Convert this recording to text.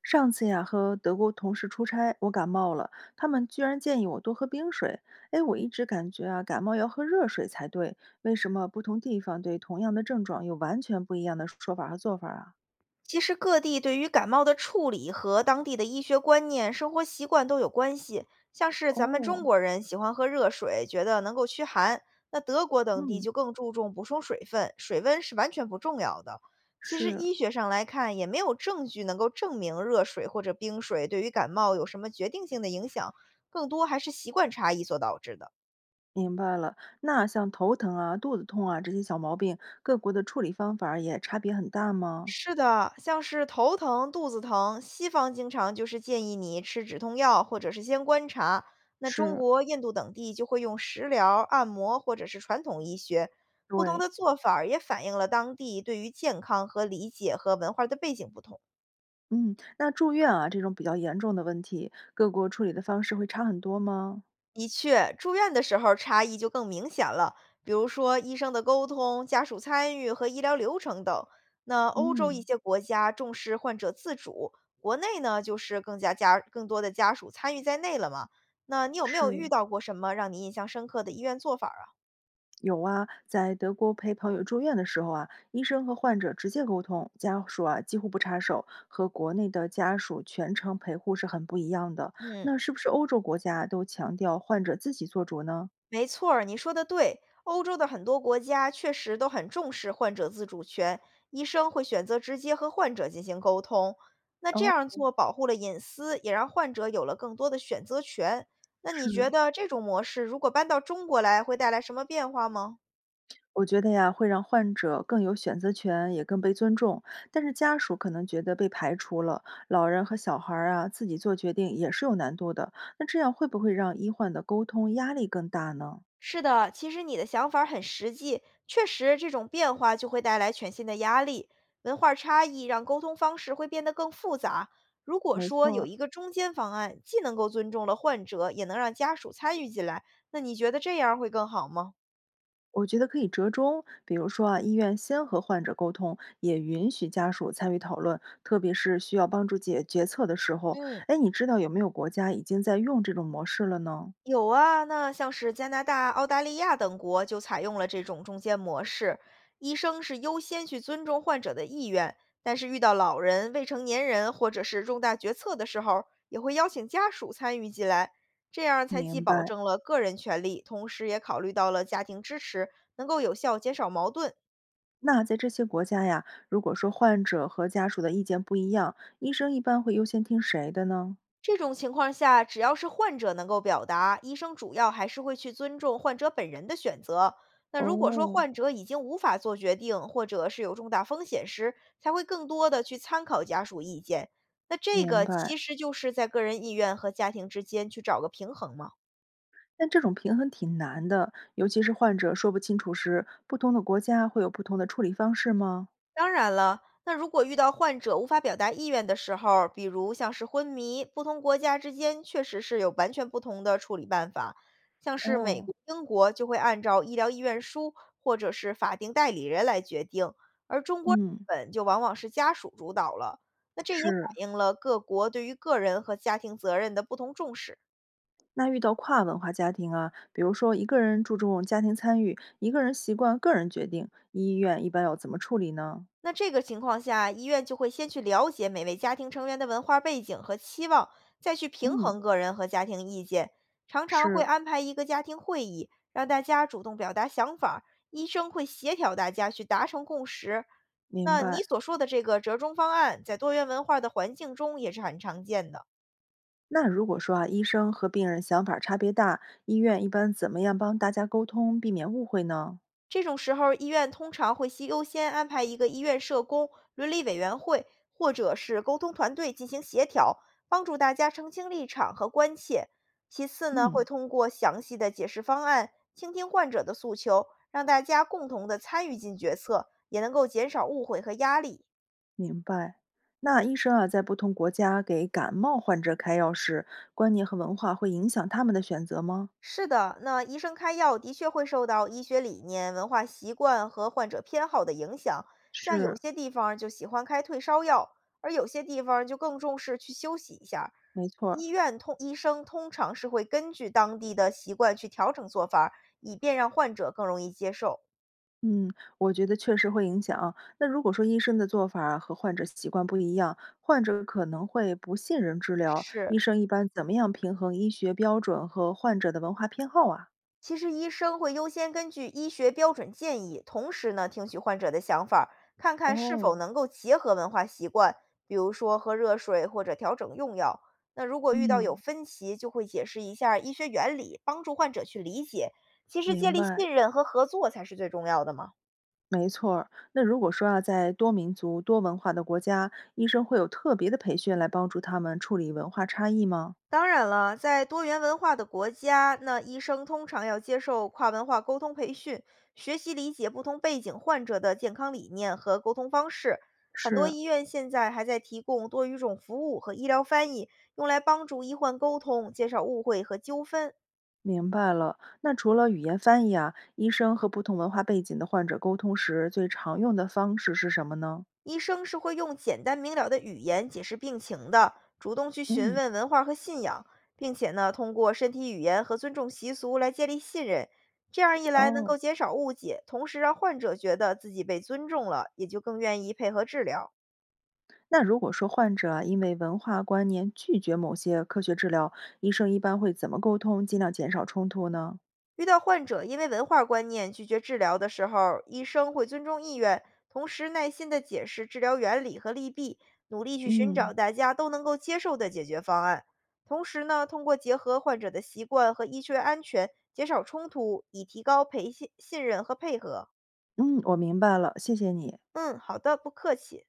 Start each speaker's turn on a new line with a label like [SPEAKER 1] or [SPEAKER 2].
[SPEAKER 1] 上次呀，和德国同事出差，我感冒了，他们居然建议我多喝冰水。哎，我一直感觉啊，感冒要喝热水才对，为什么不同地方对同样的症状有完全不一样的说法和做法啊？
[SPEAKER 2] 其实各地对于感冒的处理和当地的医学观念、生活习惯都有关系。像是咱们中
[SPEAKER 1] 哦，
[SPEAKER 2] 国人喜欢喝热水，觉得能够驱寒；那德国等地
[SPEAKER 1] 嗯，
[SPEAKER 2] 就更注重补充水分，水温是完全不重要的。其实
[SPEAKER 1] 是，
[SPEAKER 2] 医学上来看，也没有证据能够证明热水或者冰水对于感冒有什么决定性的影响，更多还是习惯差异所导致的。
[SPEAKER 1] 明白了。那像头疼啊、肚子痛啊这些小毛病，各国的处理方法儿也差别很大吗？
[SPEAKER 2] 是的，像是头疼、肚子疼，西方经常就是建议你吃止痛药，或者是先观察。那中
[SPEAKER 1] 是，
[SPEAKER 2] 国、印度等地就会用食疗、按摩或者是传统医学，不同
[SPEAKER 1] 对，
[SPEAKER 2] 的做法儿也反映了当地对于健康和理解和文化的背景不同。
[SPEAKER 1] 嗯，那住院啊这种比较严重的问题，各国处理的方式会差很多吗？
[SPEAKER 2] 的确，住院的时候差异就更明显了，比如说医生的沟通、家属参与和医疗流程等。那欧洲一
[SPEAKER 1] 嗯。
[SPEAKER 2] 些国家重视患者自主，国内呢就是更加更多的家属参与在内了嘛。那你有没有遇
[SPEAKER 1] 是。
[SPEAKER 2] 到过什么让你印象深刻的医院做法儿啊？
[SPEAKER 1] 有啊，在德国陪朋友住院的时候啊，医生和患者直接沟通，家属啊几乎不插手，和国内的家属全程陪护是很不一样的。
[SPEAKER 2] 嗯，
[SPEAKER 1] 那是不是欧洲国家都强调患者自己做主呢？
[SPEAKER 2] 没错儿，你说的对。欧洲的很多国家确实都很重视患者自主权，医生会选择直接和患者进行沟通。那这
[SPEAKER 1] 哦，
[SPEAKER 2] 样做保护了隐私，也让患者有了更多的选择权。那你觉
[SPEAKER 1] 是，
[SPEAKER 2] 得这种模式如果搬到中国来，会带来什么变化吗？
[SPEAKER 1] 我觉得呀，会让患者更有选择权，也更被尊重。但是家属可能觉得被排除了，老人和小孩儿啊自己做决定也是有难度的。那这样会不会让医患的沟通压力更大呢？
[SPEAKER 2] 是的，其实你的想法儿很实际，确实这种变化就会带来全新的压力。文化差异让沟通方式会变得更复杂。如果
[SPEAKER 1] 没
[SPEAKER 2] 说
[SPEAKER 1] 错
[SPEAKER 2] 有
[SPEAKER 1] 儿。
[SPEAKER 2] 一个中间方案，既能够尊重了患者，也能让家属参与进来，那你觉得这样儿会更好吗？
[SPEAKER 1] 我觉得可以折中，比如说啊，医院先和患者沟通，也允许家属参与讨论，特别是需要帮助解决策的时候。
[SPEAKER 2] 嗯，
[SPEAKER 1] 哎，你知道有没有国家已经在用这种模式了呢？
[SPEAKER 2] 有啊，那像是加拿大、澳大利亚等国就采用了这种中间模式，医生是优先去尊重患者的意愿，但是遇到老人、未成年人或者是重大决策的时候，也会邀请家属参与进来，这样才既
[SPEAKER 1] 明
[SPEAKER 2] 保
[SPEAKER 1] 白。
[SPEAKER 2] 证了个人权利，同时也考虑到了家庭支持，能够有效减少矛盾。
[SPEAKER 1] 那在这些国家呀，如果说患者和家属的意见不一样，医生一般会优先听谁的呢？
[SPEAKER 2] 这种情况下，只要是患者能够表达，医生主要还是会去尊重患者本人的选择。那如果说
[SPEAKER 1] 哦，
[SPEAKER 2] 患者已经无法做决定，或者是有重大风险时，才会更多的去参考家属意见。那这
[SPEAKER 1] 明
[SPEAKER 2] 个其
[SPEAKER 1] 白。
[SPEAKER 2] 实就是在个人意愿和家庭之间去找个平衡嘛。
[SPEAKER 1] 但这种平衡挺难的，尤其是患者说不清楚时，不同的国家会有不同的处理方式吗？
[SPEAKER 2] 当然了，那如果遇到患者无法表达意愿的时候，比如像是昏迷，不同国家之间确实是有完全不同的处理办法。像是美
[SPEAKER 1] 哦，
[SPEAKER 2] 国、英国就会按照医疗意愿书或者是法定代理人来决定，而中国、日
[SPEAKER 1] 嗯，
[SPEAKER 2] 本就往往是家属主导了。那这也反
[SPEAKER 1] 是。
[SPEAKER 2] 映了各国对于个人和家庭责任的不同重视。
[SPEAKER 1] 那遇到跨文化家庭啊，比如说一个人注重家庭参与，一个人习惯个人决定，医院一般要怎么处理呢？
[SPEAKER 2] 那这个情况下，医院就会先去了解每位家庭成员的文化背景和期望，再去平
[SPEAKER 1] 嗯，
[SPEAKER 2] 衡个人和家庭意见。常常会
[SPEAKER 1] 是，
[SPEAKER 2] 安排一个家庭会议，让大家主动表达想法，医生会协调大家去达成共识。
[SPEAKER 1] 明
[SPEAKER 2] 那你
[SPEAKER 1] 白。
[SPEAKER 2] 所说的这个折中方案，在多元文化的环境中也是很常见的。
[SPEAKER 1] 那如果说啊，医生和病人想法差别大，医院一般怎么样帮大家沟通，避免误会呢？
[SPEAKER 2] 这种时候，医院通常会先优先安排一个医院社工、伦理委员会或者是沟通团队进行协调，帮助大家澄清立场和关切。其次呢，会
[SPEAKER 1] 嗯，
[SPEAKER 2] 通过详细的解释方案，倾听患者的诉求，让大家共同的参与进决策，也能够减少误会和压力。
[SPEAKER 1] 明白。那医生啊，在不同国家给感冒患者开药时，观念和文化会影响他们的选择吗？
[SPEAKER 2] 是的，那医生开药的确会受到医学理念、文化习惯和患者偏好的影响。像有
[SPEAKER 1] 是，
[SPEAKER 2] 些地方就喜欢开退烧药，而有些地方就更重视去休息一下儿，
[SPEAKER 1] 没错儿。
[SPEAKER 2] 医生通常是会根据当地的习惯去调整做法儿，以便让患者更容易接受。
[SPEAKER 1] 嗯，我觉得确实会影响。那如果说医生的做法儿和患者习惯不一样，患者可能会不信任治疗。
[SPEAKER 2] 是，
[SPEAKER 1] 医生一般怎么样平衡医学标准和患者的文化偏好啊？
[SPEAKER 2] 其实医生会优先根据医学标准建议，同时呢听取患者的想法儿，看看是否
[SPEAKER 1] 哦，
[SPEAKER 2] 能够结合文化习惯，比如说喝热水或者调整用药。那如果遇到有
[SPEAKER 1] 嗯，
[SPEAKER 2] 分歧，就会解释一下儿医学原理，帮助患者去理解。其实
[SPEAKER 1] 明
[SPEAKER 2] 建立
[SPEAKER 1] 白，
[SPEAKER 2] 信任和合作才是最重要的嘛。
[SPEAKER 1] 没错儿。那如果说啊，在多民族、多文化的国家，医生会有特别的培训来帮助他们处理文化差异吗？
[SPEAKER 2] 当然了，在多元文化的国家，那医生通常要接受跨文化沟通培训，学习理解不同背景患者的健康理念和沟通方式。很多
[SPEAKER 1] 是，
[SPEAKER 2] 医院现在还在提供多语种服务和医疗翻译，用来帮助医患沟通，减少误会和纠纷。
[SPEAKER 1] 明白了。那除了语言翻译啊，医生和不同文化背景的患者沟通时，最常用的方式是什么呢？
[SPEAKER 2] 医生是会用简单明了的语言解释病情的，主动去询
[SPEAKER 1] 嗯，
[SPEAKER 2] 问文化和信仰，并且呢，通过身体语言和尊重习俗来建立信任。这样一来，能够
[SPEAKER 1] 哦，
[SPEAKER 2] 减少误解，同时让患者觉得自己被尊重了，也就更愿意配合治疗。
[SPEAKER 1] 那如果说患者啊因为文化观念拒绝某些科学治疗，医生一般会怎么沟通，尽量减少冲突呢？
[SPEAKER 2] 遇到患者因为文化观念拒绝治疗的时候，医生会尊重意愿，同时耐心地解释治疗原理和利弊，努力去寻找
[SPEAKER 1] 嗯
[SPEAKER 2] 大家都能够接受的解决方案。同时呢，通过结合患者的习惯和医学安全，减少冲突，以提高培信信任和配合。
[SPEAKER 1] 嗯，我明白了，谢谢你。
[SPEAKER 2] 嗯，好的，不客气。